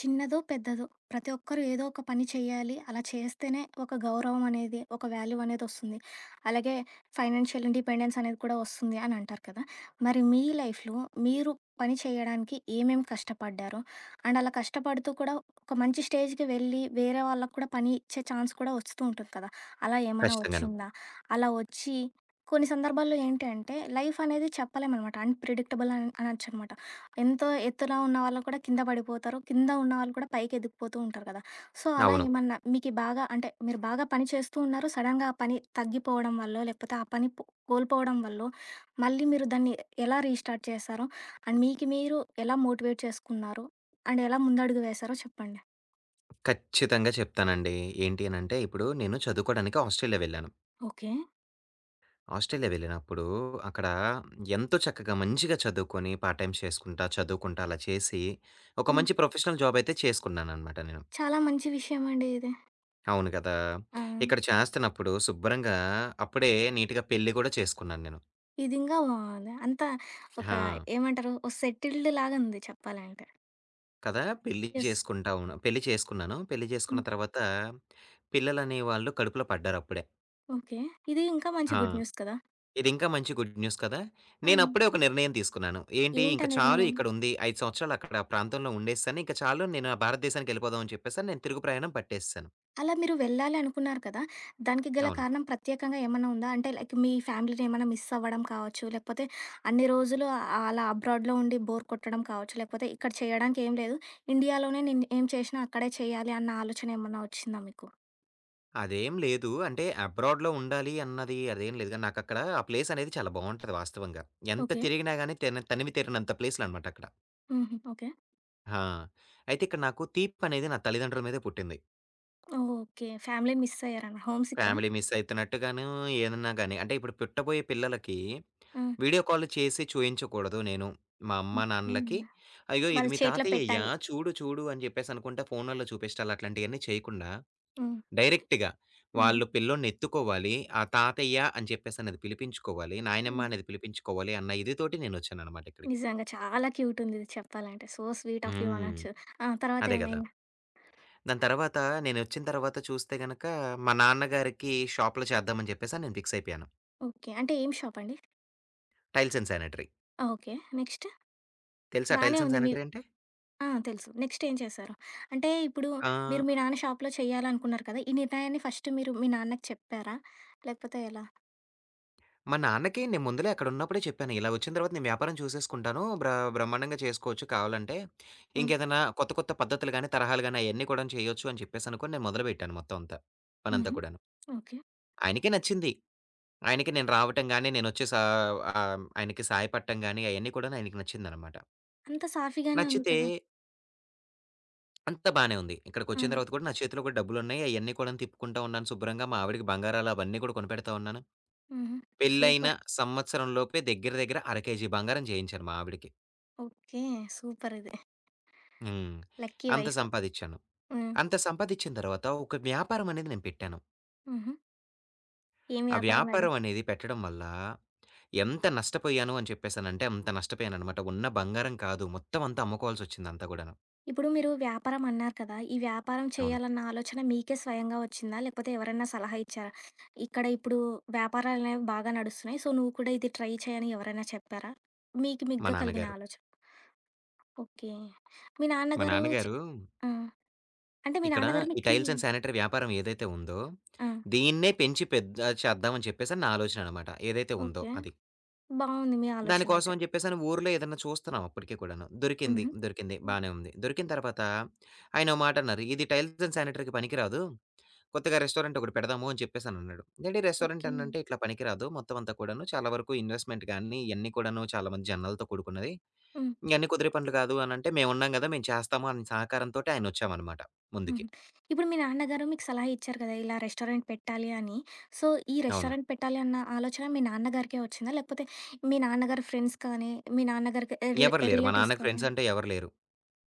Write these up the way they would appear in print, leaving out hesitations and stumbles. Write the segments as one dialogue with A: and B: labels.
A: చిన్నదో, పెద్దదో ప్రతి ఒక్కరు ఏదో ఒక పని చేయాలి. అలా చేస్తేనే ఒక గౌరవం అనేది, ఒక వాల్యూ అనేదొస్తుంది. అలాగే ఫైనాన్షియల్ ఇండిపెండెన్స్ అనేది కూడా వస్తుంది అని అంటారు కదా! మరి మీ లైఫ్‌లో మీరు పని చేయడానికి ఏమేమి కష్టపడ్డారు? అండ్ అలా కష్టపడుతూ కూడా ఒక మంచి స్టేజ్‌కి వెళ్ళి వేరే వాళ్ళకి కూడా పని ఇచ్చే ఛాన్స్ కూడా వస్తూ ఉంటుంది కదా! అలా ఏమన్నా
B: ఖచ్చితంగాను.
A: వచ్చిందా? అలా వచ్చి కొన్ని సందర్భాల్లో ఏంటి అంటే లైఫ్ అనేది చెప్పలేమనమాట. అన్‌ప్రెడిక్టబుల్ అని అనొచ్చనమాట. ఎంతో ఎత్తులో ఉన్న వాళ్ళు కూడా కింద పడిపోతారు. కింద ఉన్నవాళ్ళు కూడా పైకి ఎదిగిపోతూ ఉంటారు కదా! సో, అలా
B: అవును.
A: ఏమన్నా మీకి బాగా అంటే మీరు బాగా పని చేస్తూ ఉన్నారు. సడెన్‌గా ఆ పని తగ్గిపోవడం వల్లో, లేకపోతే ఆ పని పో కోల్పోవడం వల్లో, మళ్ళీ మీరు దాన్ని ఎలా రీస్టార్ట్ చేశారు? అండ్ మీకు మీరు ఎలా మోటివేట్ చేసుకున్నారు? అండ్ ఎలా ముందడుగు వేశారో చెప్పండి?
B: ఖచ్చితంగా చెప్తానండి. ఏంటి అనంటే, ఇప్పుడు నేను చదువుకోడానికి ఆస్ట్రేలియా వెళ్ళాను.
A: ఓకే.
B: ఆస్ట్రేలియా వెళ్ళినప్పుడు అక్కడ ఎంతో చక్కగా మంచిగా చదువుకొని, పార్ట్ టైమ్స్ చేసుకుంటా, చదువుకుంటా అలా చేసి, ఒక
A: హ్మ్.
B: మంచి ప్రొఫెషనల్ జాబ్ అయితే చేసుకున్నాననమాట నేను.
A: చాలా మంచి విషయం అండి ఇది.
B: అవును కదా!
A: ఆ!
B: ఇక్కడ చేస్తున్నప్పుడు శుభ్రంగా అప్పుడే నీట్‌గా పెళ్లి కూడా చేసుకున్నాను నేను.
A: ఇది ఇంగా బావుంది. అంతా ఒక
B: ఆ!
A: ఏమంటారు? ఓ సెటిల్డ్ లాగా ఉంది చెప్పాలంటే.
B: కదా! పెళ్లి
A: యెస్.
B: చేసుకుంటా ఉన్నా పెళ్లి చేసుకున్నాను. పెళ్లి చేసుకున్న తర్వాత పిల్లలనే వాళ్ళు కడుపులో పడ్డారప్పుడే.
A: ఓకే. ఇది ఇంకా మంచి
B: ఆ!
A: గుడ్ న్యూస్ కదా!
B: ఇదింకా మంచి గుడ్ న్యూస్ కదా!
A: అవును.
B: నేనప్పుడే ఒక నిర్ణయం తీసుకున్నాను. ఏంటి
A: ఏంటా
B: ఇంక చాలు
A: నిర్ణయం?
B: ఇక్కడుంది. 5 సంవత్సరాలు అక్కడ ఆ ప్రాంతంలో ఉండేసాను. ఇంక చాలు నేను ఆ భారతదేశానికెళ్ళిపోదాం అని చెప్పేసని నేను తిరుగు ప్రయాణం పట్టేసేసాను.
A: అలా మీరు వెళ్ళాలి అనుకున్నారు కదా! దానికి గల
B: అవును.
A: కారణం ప్రత్యేకంగా ఏమన్నా ఉందా? అంటే లైక్ మీ ఫ్యామిలీని ఏమన్నా మిస్ అవ్వడం కావచ్చు, లేకపోతే అన్ని రోజులు ఆ- అలా అబ్రాడ్‌లో ఉండి బోర్ కొట్టడం కావచ్చు, లేకపోతే ఇక్కడ చేయడానికి ఏం లేదు. ఇండియాలోనే నేను ఏం చేసినా అక్కడే చేయాలి అన్న ఆలోచన ఏమన్నా వచ్చిందా మీకు?
B: అదేం లేదు. అంటే అబ్రాడ్‌లో ఉండాలి అన్నది అదేం లేదు గానీ, నాకక్కడ ఆ ప్లేస్ అనేది చాలా బావుంటది వాస్తవంగా. ఎంత
A: ఓకే.
B: తిరిగినా గానీ తిన తనివి తీరనంత ప్లేసులనమాట అక్కడ.
A: హుహు. ఓకే.
B: ఆ! అయితే ఇక్కడ నాకు తీపనేది నా తల్లిదండ్రుల మీదే పుట్టింది.
A: ఓకే. ఫ్యామిలీని మిస్ అయ్యారన్న హోమ్ సిక్కా?
B: ఫ్యామిలీ మిస్ అయితున్నట్టుగాను ఏదన్నా గాని. అంటే ఇప్పుడు పుట్టబోయే పిల్లలకి
A: ఆ!
B: వీడియో కాల్ చేసి చూయించకూడదు నేను. మా అమ్మ,
A: ఓకే.
B: నాన్నలకి "అయ్యో!
A: వాళ్ళ
B: ఇది మీ
A: చేతిలో
B: తాతయ్యయ్యా
A: పెట్టాలి.
B: చూడు, చూడు" అని జెప్పేసి అనుకుంటా ఫోనుల్లో చూపిచ్చాలి. అట్లాంటియన్నీ చేయకుండా
A: హ్మ్.
B: డైరెక్ట్‌గా
A: హుహు.
B: వాళ్ళు పిల్లోడిని ఎత్తుకోవాలి. ఆ తాతయ్య అని చెప్పేసి అనేది పిలిపించుకోవాలి. నాయనమ్మ
A: హ్మ్.
B: అనేది పిలిపించుకోవాలి అన్న ఇది తోటి నేనొచ్చాననమాట ఇక్కడికి.
A: నిజంగా చాలా క్యూట్ ఉంది ఇది చెప్పాలంటే. సో స్వీట్ ఆఫ్ యూ
B: హ్మ్.
A: అనొచ్చు. ఆ! తర్వాత
B: అదే గదా!
A: ఏమైంది?
B: దాని తర్వాత నేనొచ్చిన తర్వాత చూస్తే గనక మా నాన్నగారికి షాప్‌లో చేద్దామని జెప్పేసి నేను ఫిక్స్ అయిపోయాను.
A: ఓకే. అంటే ఏం షాప్ అండి?
B: Tiles and sanitary.
A: ఆ! ఓకే. నెక్స్ట్
B: తెలుసా
A: బానే
B: టైల్స్ అండ్
A: ఉంది మీ
B: శానిటరీ అంటే?
A: ఆ! తెలుసు. నెక్స్ట్ ఏం చేశారు? అంటే ఇప్పుడు మీరు
B: ఆ!
A: మీ నాన్న షాప్‌లో చేయాలనుకున్నారు కదా! ఈ నిర్ణయాన్ని ఫస్ట్ మీరు మీ నాన్నకి చెప్పారా? లేకపోతే ఎలా?
B: మా నాన్నకి నేను ముందులే అక్కడున్నప్పుడే చెప్పాను. ఇలా వచ్చిన తర్వాత నేను వ్యాపారం చూసేసుకుంటాను. బ్రహ్మాండంగా చేసుకోవచ్చు కావాలంటే.
A: హ్మ్.
B: ఇంకేదైనా కొత్త కొత్త పద్ధతులు గాని, తరహాలు గాని అయన్నీ కూడాను చేయొచ్చు అని చెప్పేసనుకోని నేను మొదలుపెట్టాను మొత్తం అంతా. పనంతా
A: హుహు.
B: కూడాను.
A: ఓకే.
B: ఆయనకే నచ్చింది. ఆయనకి నేను రావటం గాని, ఆయనకి సహాయపడటం గాని అయన్నీ కూడాను ఆయనకి నచ్చిందనమాట.
A: అంతా సాఫీగానే ఉంది
B: నచ్చితే
A: కదా!
B: అంతా బానే ఉంది.
A: ఆ!
B: ఇక్కడికొచ్చిన తర్వాత కూడా నా చేతిలో కూడా డబ్బులున్నాయి. అయన్నీ కూడాను తిప్పుకుంటా ఉన్నాను శుభ్రంగా. మా ఆవిడకి బంగారాలు అవన్నీ కూడా కొనిపెడతా ఉన్నాను.
A: హుహు.
B: పెళ్లయిన
A: సూపర్.
B: సంవత్సరం లోపే దగ్గర దగ్గర అర కేజీ బంగారం చేయించాను మా ఆవిడకి.
A: ఓకే. సూపర్ ఇది.
B: హ్మ్.
A: లక్కీ
B: అంత
A: వైఫ్.
B: సంపాదిచ్చాను.
A: హ్మ్.
B: అంత సంపాదిచ్చిన తర్వాత ఒక వ్యాపారం అనేది నేను పెట్టాను.
A: హుహు. ఏం
B: ఆ
A: వ్యాపారం అది?
B: వ్యాపారం అనేది పెట్టడం వల్ల ఎంత నష్టపోయాను అని చెప్పేసనంటే అంత నష్టపోయాననమాట. ఉన్న బంగారం కాదు. మొత్తం అంతా అమ్ముకోవాల్సొచ్చింది అంతా గూడాను.
A: ఇప్పుడు మీరు వ్యాపారం అన్నారు కదా! ఈ వ్యాపారం
B: అవును.
A: చేయాలన్న ఆలోచన మీకే స్వయంగా వచ్చిందా? లేకపోతే ఎవరైనా సలహా ఇచ్చారా? ఇక్కడ ఇప్పుడు వ్యాపారాలనేవి బాగా నడుస్తున్నాయి. సో, నువ్వు కూడా ఇది ట్రై చేయని ఎవరైనా చెప్పారా? మీకు
B: మా
A: మీగ్గా కలిగిన
B: నాన్నగారు.
A: ఆలోచన. ఓకే. మీ
B: మా
A: నాన్నగారు చె
B: నాన్నగారు
A: ఆ! అంటే మీ
B: ఇక్కడ
A: నాన్నగారు
B: ఈ
A: మీకి
B: టైల్స్ అండ్ శానిటరీ వ్యాపారం ఏదైతే ఉందో
A: ఆ!
B: దీన్నే పెంచి పెద్ద చేద్దామని చెప్పేసని నా ఆలోచన అనమాట. ఏదైతే ఉందో
A: ఓకే.
B: అది.
A: బావుంది మీ
B: దానికోసం
A: ఆలోచనైతే.
B: అని చెప్పేసని ఊర్లో ఏదన్నా చూస్తున్నాం అప్పటికి కూడాను. దొరికింది.
A: హుహు.
B: దొరికింది.
A: హ్మ్.
B: బానే ఉంది. దొరికిన తర్వాత ఆయనో మాటన్నారు. "ఇది టైల్స్ అండ్ శానిటరీకి పనికిరాదు. కొత్తగా రెస్టారెంట్ ఒకటి పెడదాము" అని చెప్పేసనన్నాడు. "ఏండి రెస్టారెంట్
A: ఓకే.
B: అనంటే ఇట్లా పనికిరాదు. మొత్తం అంతా కూడాను చాలా వరకు ఇన్వెస్ట్‌మెంట్ గాని, ఇయన్నీ కూడాను చాలా మంది జనాలతో కూడుకున్నది.
A: హ్మ్.
B: ఇయన్నీ కుదిరే పనులు కాదు" అనంటే మేమున్నాం గదా! మేము చేస్తాము అని సహకారంతోటి ఆయనొచ్చామనమాట ముందుకి.
A: హుహు. ఇప్పుడు మీ నాన్నగారు మీకు సలహా ఇచ్చారు కదా! ఇలా రెస్టారెంట్ పెట్టాలి అని. సో, ఈ
B: అవును.
A: రెస్టారెంట్ పెట్టాలి అన్న ఆలోచన మీ నాన్నగారికే వచ్చిందా? లేకపోతే మీ నాన్నగారి ఫ్రెండ్స్ కానీ, మీ నాన్నగారికి రిలే
B: ఎవరు లేరు. మా
A: రిలేటివ్స్
B: నాన్నకి
A: కానీ
B: ఫ్రెండ్స్ అంటే ఎవరు లేరు.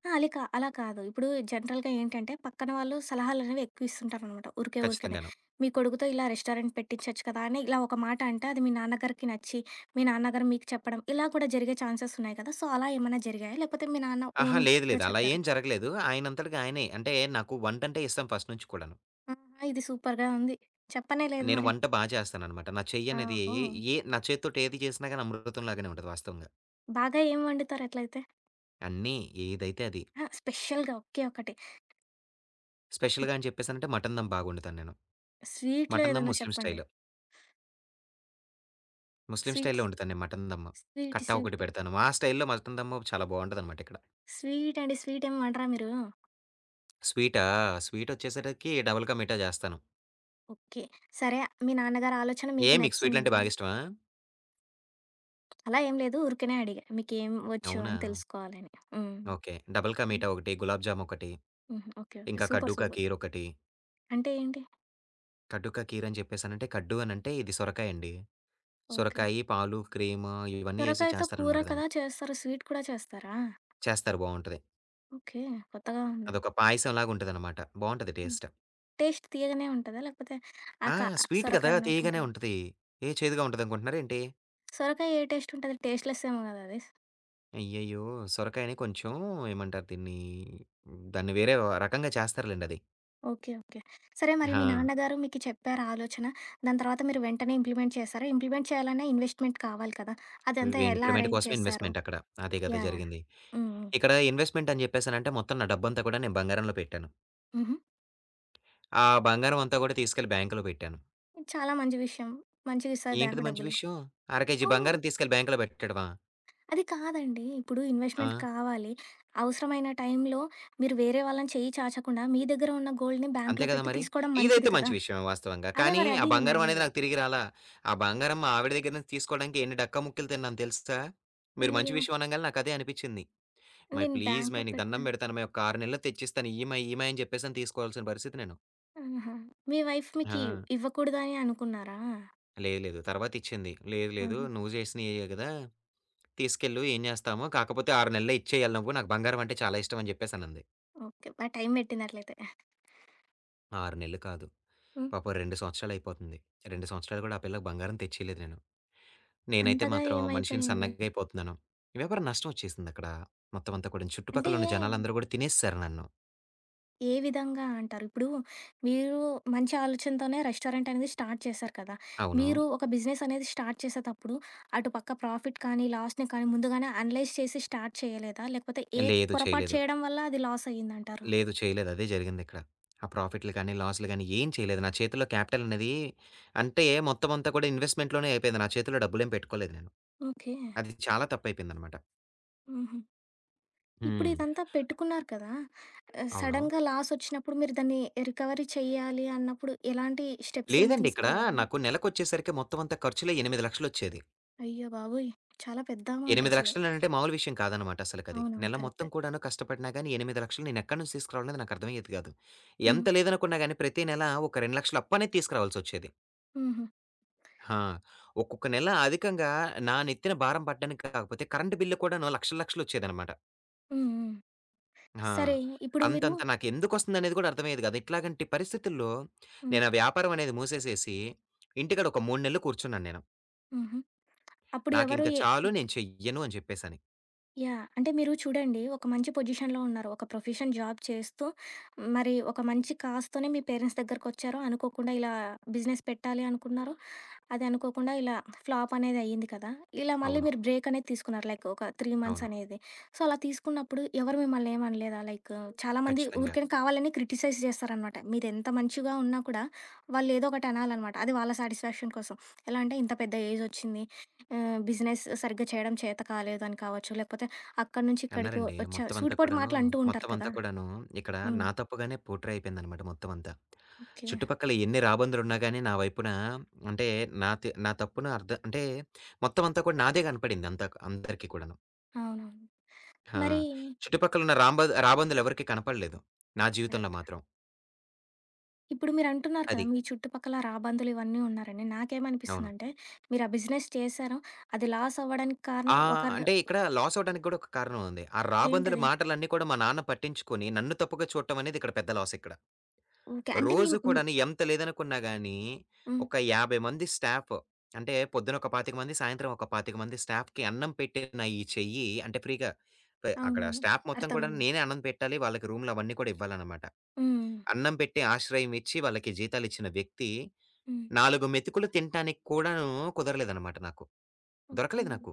A: ఆ! అలీ కా అలా కాదు. ఇప్పుడు జనరల్‌గా ఏంటంటే పక్కన వాళ్ళు సలహాలనేవి ఎక్కువ ఇస్తుంటారనమాట. ఊరికనే.
B: ఖచ్చితంగాను.
A: మీ కొడుకుతో ఇలా రెస్టారెంట్ పెట్టించొచ్చు కదా! అని ఇలా ఒక మాట అంటే అది మీ నాన్నగారికి నచ్చి, మీ నాన్నగారు మీకు చెప్పడం ఇలా కూడా జరిగే ఛాన్సెస్ ఉన్నాయి కదా! సో, అలా ఏమన్నా జరిగాయా? లేకపోతే మీ నాన్న
B: అహా! లేదు
A: ఓన్‌గా
B: లేదు. అలా
A: చెప్పారా?
B: ఏం జరగలేదు. ఆయనంతటికి ఆయనే అంటే నాకు వంటంటే ఇష్టం ఫస్ట్ నుంచి కూడాను.
A: ఆహా! ఇది సూపర్‌గా ఉంది. చెప్పనే లేదు
B: నేను
A: మరి.
B: వంట చేస్తాననమాట. నా చెయ్యనేది
A: ఓహో!
B: నా చేత్తోటి ఏది చేసినా గాని అమృతం లాగానే ఉంటది వాస్తవంగా.
A: బాగా ఏం వండుతారట్లయితే?
B: అన్నీ ఏదైతే అది.
A: అహా! స్పెషల్‌గా ఒకే ఒకటి.
B: స్పెషల్‌గా అని చెప్పేసనంటే మటన్ దమ్ బాగా వండుతాను నేను.
A: స్వీట్‌లో
B: మటన్ దమ్
A: ఏదైనా
B: ముస్లిం
A: చెప్పండి.
B: స్టైల్. ముస్లిం స్టైల్‌లో
A: స్వీట్స్
B: వండుతాను నేను మటన్ దమ్.
A: స్వీట్,
B: కట్టా ఒకటి
A: స్వీట్,
B: పెడతాను. మా స్టైల్‌లో మటన్ దమ్ చాలా బావుంటదనమాట ఇక్కడ.
A: స్వీట్ అండ్ స్వీట్ ఏం వండరా మీరు?
B: స్వీటా? స్వీటొచ్చేసరికి డబుల్ కా మీఠా చేస్తాను.
A: ఓకే. సరే మీ నాన్నగారి ఆలోచన
B: ఏ
A: మీకు
B: మీకు స్వీట్లంటే
A: నచ్చింది.
B: బాగా ఇష్టమా?
A: అలా ఏం లేదు ఊరికనే అడిగా. మీకేం వచ్చు
B: అవునా?
A: అని తెలుసుకోవాలని. హ్మ్.
B: ఓకే. డబుల్ కా
A: హ్మ్.
B: మీఠా ఒకటి, గులాబ్ జామ్ ఒకటి,
A: హుహు. ఓకే. ఓకే.
B: ఇంకా
A: సూపర్.
B: కడ్డు కా
A: సూపర్.
B: ఖీర్ ఒకటి.
A: అంటే ఏంటి?
B: కడ్డు కా ఖీర్ అని చెప్పేసనంటే కడ్డు అనంటే ఇది సొరకాయండి.
A: ఓకే.
B: సొరకాయి, పాలు, క్రీము ఇవన్నీ ఏసి
A: సొరకాయతో కూర
B: చేస్తారనమాట
A: కదా
B: దాన్ని.
A: చేస్తారు. స్వీట్ కూడా చేస్తారా?
B: చేస్తారు బావుంటది.
A: ఓకే. కొత్తగా ఉంది.
B: అదొక పాయసంలాగా ఉంటదనమాట. బావుంటది
A: హ్మ్.
B: టేస్ట్.
A: టేస్ట్ తీయగానే ఉంటదా? లేకపోతే ఆ
B: ఆ!
A: క
B: స్వీట్ కదా!
A: సొరకాయ
B: తీయగానే
A: ఉన్నట్టుంటదా?
B: ఉంటది. ఏ చేదుగా ఉంటదనుకుంటున్నారేంటి?
A: సొరకాయ ఏ టేస్ట్ ఉంటది? టేస్ట్‌లెస్ ఏమో గదా అది.
B: అయ్యయ్యో! సొరకాయని కొంచెం ఏమంటారు దీన్ని? దాన్ని వేరే రకంగా చేస్తారులెండి అది.
A: ఓకే. ఓకే. సరే మరి మీ
B: ఆ!
A: నాన్నగారు మీకు చెప్పారా ఆలోచన? దాని తర్వాత మీరు వెంటనే ఇంప్లిమెంట్ చేశారా? ఇంప్లిమెంట్ చేయాలన్నా ఇన్వెస్ట్‌మెంట్ కావాలి కదా! అదంతా ఎలా
B: ఇంప్లిమెంట్
A: అరేంజ్
B: కోసమే
A: చేశారు?
B: ఇన్వెస్ట్‌మెంట్ అక్కడ. అదే కదా
A: యాహ్! యాహ్!
B: జరిగింది.
A: హ్మ్. హ్మ్.
B: ఇక్కడ ఇన్వెస్ట్‌మెంట్ అని చెప్పేసనంటే మొత్తం నా డబ్బంతా కూడా నేను బంగారంలో పెట్టాను.
A: హుహు.
B: ఆ బంగారం అంతా కూడా తీసుకెళ్ళి బ్యాంక్‌లో పెట్టాను.
A: చాలా మంచి విషయం. మంచిగిస్తది
B: ఏంటిది
A: బ్యాంకు
B: మంచి
A: డబ్బులు.
B: విషయం? అర కేజీ
A: అవును.
B: బంగారం తీసుకెళ్ళి బ్యాంక్‌లో పెట్టడమా?
A: అది కాదండి. ఇప్పుడు
B: ఆ!
A: ఇన్వెస్ట్‌మెంట్ కావాలి. అవసరమైన టైంలో మీరు వేరే వాళ్ళని చెయ్యి చాచకుండా మీ దగ్గర ఉన్న గోల్డ్‌ని
B: అంతే
A: బ్యాంక్‌లో
B: కదా
A: పెట్టి
B: మరి!
A: తీసుకోవడం మంచిది
B: ఇదైతే
A: కదా!
B: మంచి విషయమే వాస్తవంగా.
A: అదే
B: కానీ
A: మరి
B: ఆ
A: అది
B: బంగారం అనేది
A: నేననేది.
B: నాకు తిరిగి రాలా. ఆ బంగారం మా ఆవిడ దగ్గర నుంచి తీసుకోవడానికి ఎన్ని డక్కముక్కీలు తిన్నానో తెలుసా? మీరు మంచి
A: అయ్యో!
B: విషయం అనంగాల్నే నాకదే అనిపిచ్చింది. "అమ్మాయి
A: నేను
B: ప్లీజ్
A: బ్యాంక్‌లో
B: అమ్మాయి నీకు దండం
A: పెట్టినా
B: పెడతానమ్మాయి ఒక 6 నెలల్లో తెచ్చిస్తాను ఇయ్యమ్మాయి, ఇయ్యమ్మాయి" అని చెప్పేసి అని తీసుకోవాల్సిన పరిస్థితి నేను.
A: ఆహా! మీ వైఫ్
B: ఆ!
A: మీకి ఇవ్వకూడదని అనుకున్నారా?
B: లేదు లేదు. తర్వాత ఇచ్చింది. "లేదు లేదు
A: ఆహా!
B: నువ్వు చేసినయే కదా! తీసుకెళ్ళు ఏం చేస్తామో కాకపోతే 6 నెలల్లో ఇచ్చేయాలి నువ్వు. నాకు బంగారం అంటే చాలా ఇష్టం" అని చెప్పేసి అనంది.
A: ఓకే. బా టైం పెట్టిందట్లయితే.
B: 6 నెలలు కాదు.
A: హ్మ్.
B: పాపం 2 సంవత్సరాలు అయిపోతుంది. 2 సంవత్సరాలు కూడా ఆ పిల్లకి బంగారం తెచ్చియలేదు నేను. నేనైతే
A: అంతగా
B: మాత్రం మనిషిని
A: ఏమైపోయింది?
B: సన్నగైపోతున్నాను. వ్యాపార నష్టం వచ్చేసిందక్కడ. మొత్తం అంతా కూడాను.
A: అంటే
B: చుట్టుపక్కల ఉన్న
A: ఏ
B: జనాలందరూ కూడా తినేసేసారు నన్ను.
A: ఏ విధంగా అంటారు? ఇప్పుడు మీరు మంచి ఆలోచనతోనే రెస్టారెంట్ అనేది స్టార్ట్ చేశారు కదా!
B: అవును.
A: మీరు ఒక బిజినెస్ అనేది స్టార్ట్ చేసేటప్పుడు అటు పక్క ప్రాఫిట్ కానీ, లాస్‌ని కానీ ముందుగానే అనలైజ్ చేసి స్టార్ట్ చేయలేదా? లేకపోతే
B: లేదు.
A: పొరపాటు
B: చేయలేదు.
A: చేయడం వల్ల అది లాస్ అయిందంటారు?
B: లేదు. చేయలేదు. అదే జరిగిందిక్కడ. ఆ ప్రాఫిట్‌లు గాని, లాస్‌లు గాని ఏం చేయలేదు. నా చేతిలో క్యాపిటల్ అనేది అంటే మొత్తం అంతా కూడా ఇన్వెస్ట్‌మెంట్‌లోనే అయిపోయింది. నా చేతిలో డబ్బులేం పెట్టుకోలేదు నేను.
A: ఓకే.
B: అది చాలా తప్పయిపోయిందనమాట.
A: హుహు. ఇప్పుడు
B: హ్మ్.
A: ఇదంతా పెట్టుకున్నారు కదా! ఆహ్,
B: అవును.
A: సడెన్‌గా లాస్ వచ్చినప్పుడు మీరు దాన్ని రికవరీ చెయ్యాలి అన్నప్పుడు ఎలాంటి స్టెప్స్ ఏమి
B: లేదండి ఇక్కడ
A: తీసుకోలేదా?
B: నాకు నెలకొచ్చేసరికి మొత్తం అంతా ఖర్చులే 8,00,000 వచ్చేది.
A: అయ్య బాబోయ్! చాలా పెద్ద అమౌంట్ అసలు.
B: 8,00,000 అంటే మామూలు విషయం కాదనమాట అసలకది.
A: అవునవును.
B: నెల
A: కరెక్ట్.
B: మొత్తం కూడాను కష్టపడినా గాని 8,00,000 నేనెక్కడి నుంచి తీసుకురావాలనేది నాకర్థమయ్యేది గాదు.
A: హ్మ్.
B: ఎంత లేదనుకున్నా గాని ప్రతి నెల ఒక 2,00,000 అప్పనేది తీసుకురావాల్సొచ్చేది.
A: హుహు.
B: ఆ! ఒక్కొక్క నెల అధికంగా నా నెత్తిన భారం పడ్డానికి కాకపోతే కరెంట్ బిల్లు కూడాను లక్షల లక్షలు లక్షలొచ్చేదనమాట.
A: హ్మ్. హ్మ్.
B: ఆ!
A: సరే ఇప్పుడు మీరు
B: అంతంత నాకెందుకొస్తుందనేది గూడా అర్థమయ్యేది గాదు. ఇట్లాగంటి పరిస్థితుల్లో
A: హ్మ్.
B: నేనా వ్యాపారం అనేది మూసేసేసి ఇంటికాడ ఒక 3 నెలలు కూర్చున్నాను నేను.
A: హుహు. అప్పుడు ఎవరు
B: నాకింక
A: ఎ
B: చాలు నేను చెయ్యను అని చెప్పేసని.
A: యాహ్! అంటే మీరు చూడండి ఒక మంచి పొజిషన్‌లో ఉన్నారు. ఒక ప్రొఫెషన్ జాబ్ చేస్తూ మరి ఒక మంచి కాజ్‌తోనే మీ పేరెంట్స్ దగ్గరకొచ్చారు. అనుకోకుండా ఇలా బిజినెస్ పెట్టాలి అనుకున్నారు. అది అనుకోకుండా ఇలా ఫ్లాప్ అనేది అయ్యింది కదా! ఇలా మళ్ళీ
B: అవును.
A: మీరు బ్రేక్ అనేది తీసుకున్నారు. లైక్ ఒక 3 మంత్స్
B: అవును.
A: అనేది. సో, అలా తీసుకున్నప్పుడు ఎవరు మిమ్మల్ని ఏమి అనలేదా? లైక్ చాలామంది
B: ఖచ్చితంగా.
A: ఊరికనే కావాలని క్రిటిసైజ్ చేస్తారనమాట. మీరెంత మంచిగా ఉన్నా కూడా వాళ్ళు ఏదో ఒకటి అనాలనమాట. అది వాళ్ళ సాటిస్ఫాక్షన్ కోసం. ఎలా అంటే ఇంత పెద్ద ఏజ్ వచ్చింది. ఆహ్, బిజినెస్ సరిగ్గా చేయడం చేత కాలేదు అని కావచ్చు. లేకపోతే అక్కడి నుంచి ఇక్కడికి
B: అన్నారండి.
A: వచ్చావు
B: మొత్తం అంతా
A: సూటిపోటి
B: కూడాను,
A: మాటలు అంటూ ఉంటారు
B: మొత్తం
A: కదా!
B: అంతా కూడాను ఇక్కడ
A: హ్మ్.
B: నా తప్పుగానే పోట్రే అయిపోయిందనమాట మొత్తం అంతా.
A: ఓకే.
B: చుట్టుపక్కల ఎన్ని రాబందులున్నా గాని నా వైపున అంటే నా తప్పున అంటే మొత్తం అంతా కూడా నాదే కనపడింది అంతా అందరికీ కూడాను.
A: అవునవును.
B: ఆ!
A: మరి
B: చుట్టుపక్కల ఉన్న రాబందులు ఎవరికీ కనపడలేదు. నా జీవితంలో మాత్రం.
A: ఇప్పుడు మీరంటున్నారు కదా!
B: అది.
A: మీ చుట్టుపక్కల రాబందులు ఇవన్నీ ఉన్నారని.
B: అవును.
A: నాకేమనిపిస్తుందంటే, మీరు ఆ బిజినెస్ చేశారు. అది లాస్ అవ్వడానికి కారణం
B: ఆ!
A: ఒకరు
B: అంటే ఇక్కడ లాస్ అవ్వడానికి కూడా ఒక కారణం ఉంది. ఆ రాబందుల
A: ఏంటది?
B: మాటలన్నీ కూడా మా నాన్న పట్టించుకొని నన్ను తప్పుగా చూడటం అనేది ఇక్కడ పెద్ద లాస్ ఇక్కడ.
A: ఓకే. అంటే మీ
B: రోజు
A: హ్మ్.
B: కూడాను ఎంత లేదనుకున్నా గానీ,
A: హ్మ్.
B: ఒక 50 మంది స్టాఫ్ అంటే పొద్దున ఒక 25 మంది, సాయంత్రం ఒక 25 మంది స్టాఫ్‌కి అన్నం పెట్టిన ఈ చెయ్యి అంటే ఫ్రీ‌గా అక్కడ
A: అవునవును.
B: స్టాఫ్ మొత్తం కూడా
A: అర్థమైంది.
B: నేనే అన్నం పెట్టాలి. వాళ్ళకి రూమ్‌లు అవన్నీ కూడా ఇవ్వాలనమాట.
A: హ్మ్.
B: అన్నం పెట్టి ఆశ్రయం ఇచ్చి వాళ్ళకి జీతాలిచ్చిన వ్యక్తి
A: హ్మ్.
B: 4 మెతుకులు తినటానికి కూడాను కుదరలేదనమాట నాకు.
A: ఓకే.
B: దొరకలేదు నాకు.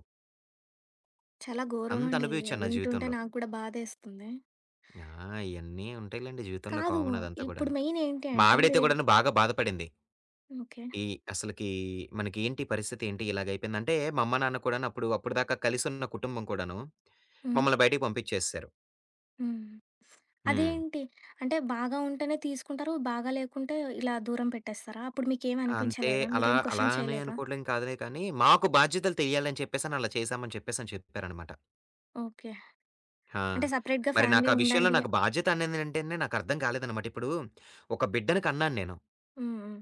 A: చాలా
B: అంత
A: ఘోరమండి ఇది.
B: అనుభవించాను నా
A: వింటుంటే
B: జీవితంలో.
A: నాకు కూడా బాధేస్తుంది.
B: ఆ! ఇయన్నీ ఉంటాయిలెండి జీవితంలో
A: కాదు.
B: కామన్ అదంతా
A: ఇప్పుడు
B: కూడాను.
A: మెయిన్ ఏంటి
B: మా
A: అంటే
B: ఆవిడైతే
A: మీరు
B: కూడాను బాగా బాధపడింది.
A: ఓకే.
B: ఈ అసలకి మనకేంటి పరిస్థితేంటి ఇలాగైపోయిందంటే, మా అమ్మ, నాన్న కూడాను అప్పుడు అప్పటిదాకా కలిసున్న కుటుంబం కూడాను,
A: హ్మ్.
B: మమ్మల్ని బయటికి పంపించేసేశారు.
A: హ్మ్.
B: హ్మ్.
A: అదేంటి? అంటే బాగా ఉంటేనే తీసుకుంటారు. బాగా లేకుంటే ఇలా దూరం పెట్టేస్తారా? అప్పుడు
B: అంతే
A: మీకేమనిపించలేదా?
B: అలా
A: మీరేం
B: అలా
A: క్వెషన్
B: అని
A: చేయలేదా?
B: అనుకోవడం కాదులే కానీ, మాకు బాధ్యతలు తెలియాలని చెప్పేసని అలా చేశామని చెప్పేసని చెప్పారనమాట.
A: ఓకే.
B: ఆ!
A: అంటే సెపరేట్‌గా
B: మరి
A: ఫ్యామిలీ
B: నాకా విషయంలో
A: ఉండండి
B: నాకు బాధ్యత అనేదేంటనే నాకర్థం కాలేదనమాట. ఇప్పుడు ఒక బిడ్డని కన్నాను నేను.
A: హ్మ్. హ్మ్.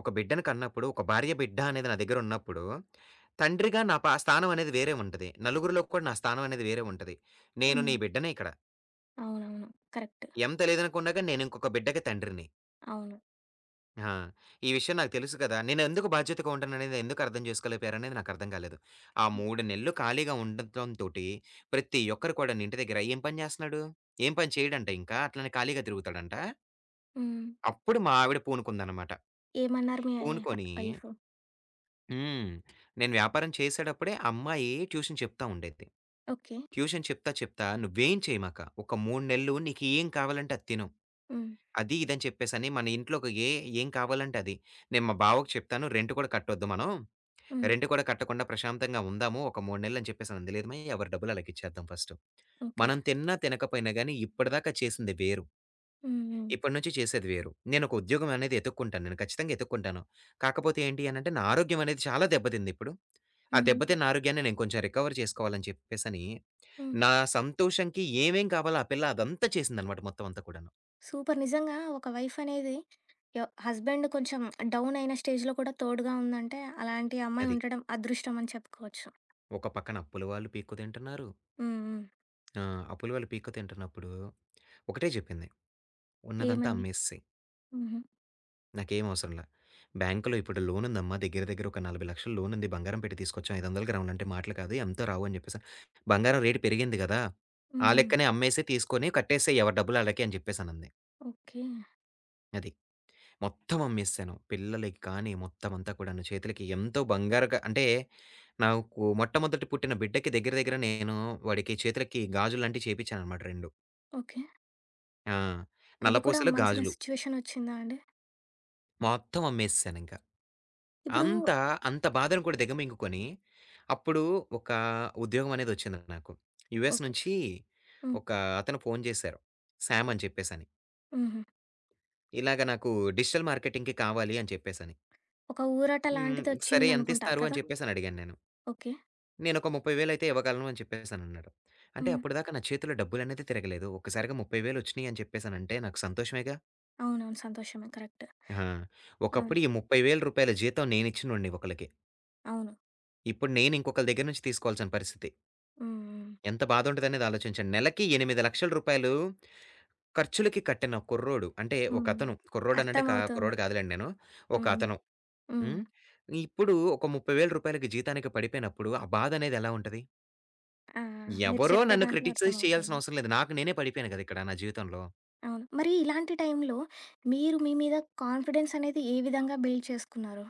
B: ఒక బిడ్డని కన్నప్పుడు, ఒక భార్య, బిడ్డ అనేది నా దగ్గరున్నప్పుడు, తండ్రిగా నా పా స్థానం అనేది వేరే ఉంటది. నలుగురిలో కూడా నా స్థానం అనేది వేరే ఉంటది. నేను
A: హ్మ్.
B: నీ బిడ్డనే ఇక్కడ.
A: అవునవును. కరెక్ట్.
B: ఎంత లేదనుకున్నా గాని నేను ఇంకొక బిడ్డకి తండ్రిని.
A: అవును.
B: ఆ! ఈ విషయం నాకు తెలుసు కదా! నేను ఎందుకు బాధ్యతగా ఉంటాననేది ఎందుకు అర్థం చేసుకోలేకపోయారనేది నాకు అర్థం కాలేదు. ఆ 3 నెలలు ఖాళీగా ఉండటంతోటి ప్రతి ఒక్కరు కూడాను ఇంటి దగ్గర ఏం పని చేస్తున్నాడు? ఏం పని చేయడంట ఇంకా. అట్లనే ఖాళీగా తిరుగుతాడంట.
A: హ్మ్.
B: అప్పుడు మా ఆవిడ పూనుకుందనమాట.
A: ఏమన్నారు మీ
B: పూనుకొని
A: వైఫ్?
B: హ్మ్. నేను వ్యాపారం చేసేటప్పుడే అమ్మాయి ట్యూషన్ చెప్తా ఉండేది.
A: ఓకే.
B: ట్యూషన్ చెప్తా, చెప్తా "నువ్వేం చేయమాక. ఒక 3 నెలలు నీకేం కావాలంటే అది తిను.
A: హ్మ్.
B: అది, ఇదని చెప్పేసని మన ఇంట్లో ఒక ఏం కావాలంటే అది. నేను మా బావకి చెప్తాను రెంట్ కూడా కట్టొద్దు మనం.
A: హ్మ్.
B: రెంట్ కూడా కట్టకుండా ప్రశాంతంగా ఉందాము ఒక 3 నెలలని చెప్పేసని అంది. లేదు మావయ్య ఎవరి డబ్బులు ఆళ్ళకిచ్చేద్దాం ఫస్టు.
A: ఓకే.
B: మనం తిన్నా, తినకపోయినా గాని ఇప్పటిదాకా చేసింది వేరు.
A: హ్మ్. హ్మ్.
B: ఇప్పటి నుంచి చేసేది వేరు. నేనొక ఉద్యోగం అనేది ఎతుక్కుంటాను. నేను ఖచ్చితంగా ఎతుక్కుంటాను. కాకపోతే ఏంటి అనంటే నా ఆరోగ్యం అనేది చాలా దెబ్బతింది ఇప్పుడు. ఆ
A: హుహు.
B: దెబ్బతిన్న ఆరోగ్యాన్ని నేను కొంచెం రికవర్ చేసుకోవాలని చెప్పేసని,
A: హ్మ్.
B: నా సంతోషంకి ఏమేం కావాలో ఆ పిల్ల అదంతా చేసిందనమాట మొత్తం అంతా కూడాను.
A: సూపర్. నిజంగా ఒక వైఫ్ అనేది యొ హస్బెండ్ కొంచెం డౌన్ అయిన స్టేజ్‌లో కూడా తోడుగా ఉందంటే, అలాంటి అమ్మాయి
B: అది.
A: ఉండడం అదృష్టం అని చెప్పుకోవచ్చు.
B: ఒక పక్కన అప్పుల వాళ్ళు పీక్కు తింటున్నారు.
A: హ్మ్. హ్మ్.
B: ఆ! ఆ పులిహోర పీక్కుని తింటున్నప్పుడు ఒకటే చెప్పింది. ఉన్నదంతా
A: ఏమని?
B: అమ్మేసేయి.
A: హుహు.
B: నాకేం అవసరంలా. బ్యాంక్‌లో ఇప్పుడు లోన్ ఉందమ్మా దగ్గర దగ్గర ఒక 40,00,000 లోన్ ఉంది. బంగారం పెట్టి తీసుకొచ్చాం. 500 గ్రాములు అంటే మాటలు కాదు. ఎంతో రావు అని చెప్పేసని. బంగారం రేట్ పెరిగింది గదా!
A: హ్మ్.
B: ఆ
A: హ్మ్.
B: లెక్కనే అమ్మేసి తీసుకొని కట్టేసేయి ఎవరి డబ్బులు ఆళ్ళకి అని చెప్పేసనంది.
A: ఓకే.
B: అది. మొత్తం అమ్మేసాను. పిల్లలకి కానీ మొత్తం అంతా కూడాను చేతులకి ఎంతో బంగారుగా అంటే నాకు మొట్టమొదటి పుట్టిన బిడ్డకి దగ్గర దగ్గర నేను వాడికి చేతులకి గాజులు లాంటివి చేపించాననమాట 2.
A: ఓకే.
B: ఆ!
A: అవి కూడా
B: నల్లపూసలు,
A: అమ్మాల్సిన
B: గాజులు.
A: సిట్యుయేషన్ వచ్చిందా అండి?
B: మొత్తం అమ్మేసేసానింక.
A: ఇప్పుడు
B: అంత, అంత బాధను కూడా దిగమింగుకొని, అప్పుడు ఒక ఉద్యోగం అనేదొచ్చింది నాకు. US
A: okay.
B: నుంచి
A: హ్మ్.
B: ఒక అతను ఫోను జేశారు. సామ్ అని చెప్పేసని.
A: హుహు.
B: ఇలాగ నాకు డిజిటల్ మార్కెటింగ్‌కి కావాలి అని చెప్పేసని.
A: ఒక ఊరట
B: హ్మ్. సరే
A: లాంటిదొచ్చిందనుకుంటా
B: ఎంతిస్తారు
A: కదా!
B: అని చెప్పేసనడిగాను నేను.
A: ఓకే.
B: నేనొక 30,000 అయితే ఇవ్వగలను అని చెప్పేసనన్నాడు. అంటే
A: హ్మ్.
B: అప్పటిదాకా నా చేతిలో డబ్బులనేది తిరగలేదు. ఒక్కసారిగా 30,000 ఒచ్చినియి అని చెప్పేసనంటే నాకు సంతోషమేగా!
A: అవునవును. సంతోషమే. కరెక్ట్.
B: ఆ!
A: హ్మ్.
B: ఒకప్పుడు ఈ రూ. 30,000 జీతం నేనిచ్చినోడిని ఒకళ్ళకి.
A: అవును.
B: ఇప్పుడు నేను ఇంకొకళ్ళ దగ్గర నుంచి తీసుకోవాల్సిన పరిస్థితి.
A: హ్మ్. హ్మ్.
B: ఎంత బాధుంటదనేది ఆలోచించండి. నెలకి రూ. 8,00,000 ఖర్చులకి కట్టిన కుర్రోడు. అంటే
A: హ్మ్.
B: ఒకతను. కుర్రోడనంటే
A: అర్థమవుతుంది.
B: కుర్రోడు కాదులెండి నేను.
A: హ్మ్. హ్మ్.
B: ఒకతను.
A: హ్మ్.
B: హ్మ్. ఇప్పుడు ఒక రూ. 30,000 జీతానికి పడిపోయినప్పుడు ఆ బాధనేది ఎలా ఉంటది?
A: ఆ! ఆ! మీరు
B: ఎవరో
A: చెప్పే
B: నన్ను
A: దాంట్లో
B: క్రిటిసైజ్ చేయాల్సిన
A: అర్థమవుతుంది.
B: అవసరం లేదు. నాకు నేనే పడిపోయాను గదా! ఇక్కడ నా జీవితంలో.
A: అవును. మరి ఇలాంటి టైంలో మీరు మీ మీద కాన్ఫిడెన్స్ అనేది ఏ విధంగా బిల్డ్ చేసుకున్నారు?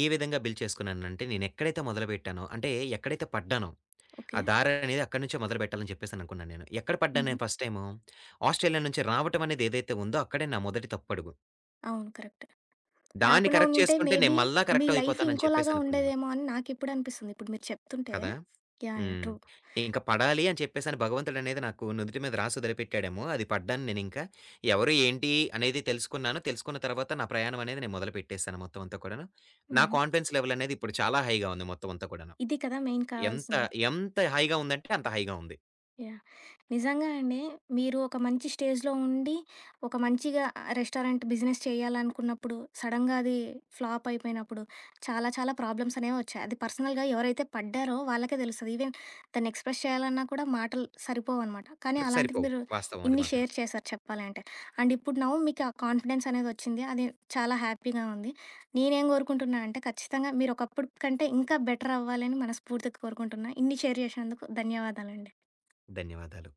B: ఏ విధంగా బిల్డ్ చేసుకున్నానంటే నేనెక్కడైతే మొదలుపెట్టానో అంటే ఎక్కడైతే పడ్డానో ఆ
A: ఓకే.
B: దారనేది అక్కడి నుంచే మొదలుపెట్టాలని చెప్పేసననుకున్నాను నేను. ఎక్కడ పడ్డాను
A: హుహు.
B: నేను ఫస్ట్ టైము, ఆస్ట్రేలియా నుంచి రావటం అనేది ఏదైతే ఉందో అక్కడే నా మొదటి తప్పడుగు.
A: అవును. కరెక్ట్.
B: దాన్ని
A: రాకుండా
B: కరెక్ట్
A: ఉండుంటే
B: చేసుకుంటే నేను
A: మేబీ
B: మళ్ళా
A: మీ
B: కరెక్ట్
A: లైఫ్
B: అయిపోతానని
A: ఇంకోలాగా
B: చెప్పేసనుకున్నాను.
A: ఉండేదేమో అని నాకిప్పుడు అనిపిస్తుంది. ఇప్పుడు మీరు చెప్తుంటే
B: కదా!
A: యాహ్! యాహ్!
B: హ్మ్.
A: ట్రూ.
B: ఇంక పడాలి అని చెప్పేసని భగవంతుడనేది నాకు నుదుటి మీద రాసి వదిలిపెట్టాడేమో, అది పడ్డాను నేనింకా. ఎవరు, ఏంటి అనేది తెలుసుకున్నాను. తెలుసుకున్న తర్వాత నా ప్రయాణం అనేది నేను మొదలుపెట్టేసాను మొత్తం అంతా కూడాను. నా
A: హుహు.
B: కాన్ఫిడెన్స్ లెవెల్ అనేది ఇప్పుడు చాలా హైగా ఉంది మొత్తం అంతా కూడాను.
A: ఇది కదా మెయిన్
B: ఎంత
A: కావాల్సింది.
B: ఎంత హైగా ఉందంటే అంత హైగా ఉంది.
A: యాహ్! నిజంగా అండి. మీరు ఒక మంచి స్టేజ్‌లో ఉండి, ఒక మంచిగా రెస్టారెంట్ బిజినెస్ చేయాలనుకున్నప్పుడు, సడెన్‌గా అది ఫ్లాప్ అయిపోయినప్పుడు, చాలా చాలా ప్రాబ్లమ్స్ అనేవి వచ్చాయి. అది పర్సనల్‌గా ఎవరైతే పడ్డారో వాళ్ళకే తెలుస్తది. ఈవెన్ దాన్ని ఎక్స్‌ప్రెస్ చేయాలన్నా కూడా మాటలు సరిపోవనమాట. కానీ అలాంటిది
B: సరిపోవు.
A: మీరు
B: వాస్తవం అది
A: ఇన్ని
B: మాత్రం.
A: షేర్ చేశారు చెప్పాలి అంటే. అండ్ ఇప్పుడు నౌ మీకు ఆ కాన్ఫిడెన్స్ అనేది వచ్చింది. అది చాలా హ్యాపీగా ఉంది. నేనేం కోరుకుంటున్నా అంటే ఖచ్చితంగా మీరు ఒకప్పుడు కంటే ఇంకా బెటర్ అవ్వాలని మనస్ఫూర్తిగా కోరుకుంటున్నా. ఇన్ని షేర్ చేసినందుకు ధన్యవాదాలండి.
B: ధన్యవాదాలు.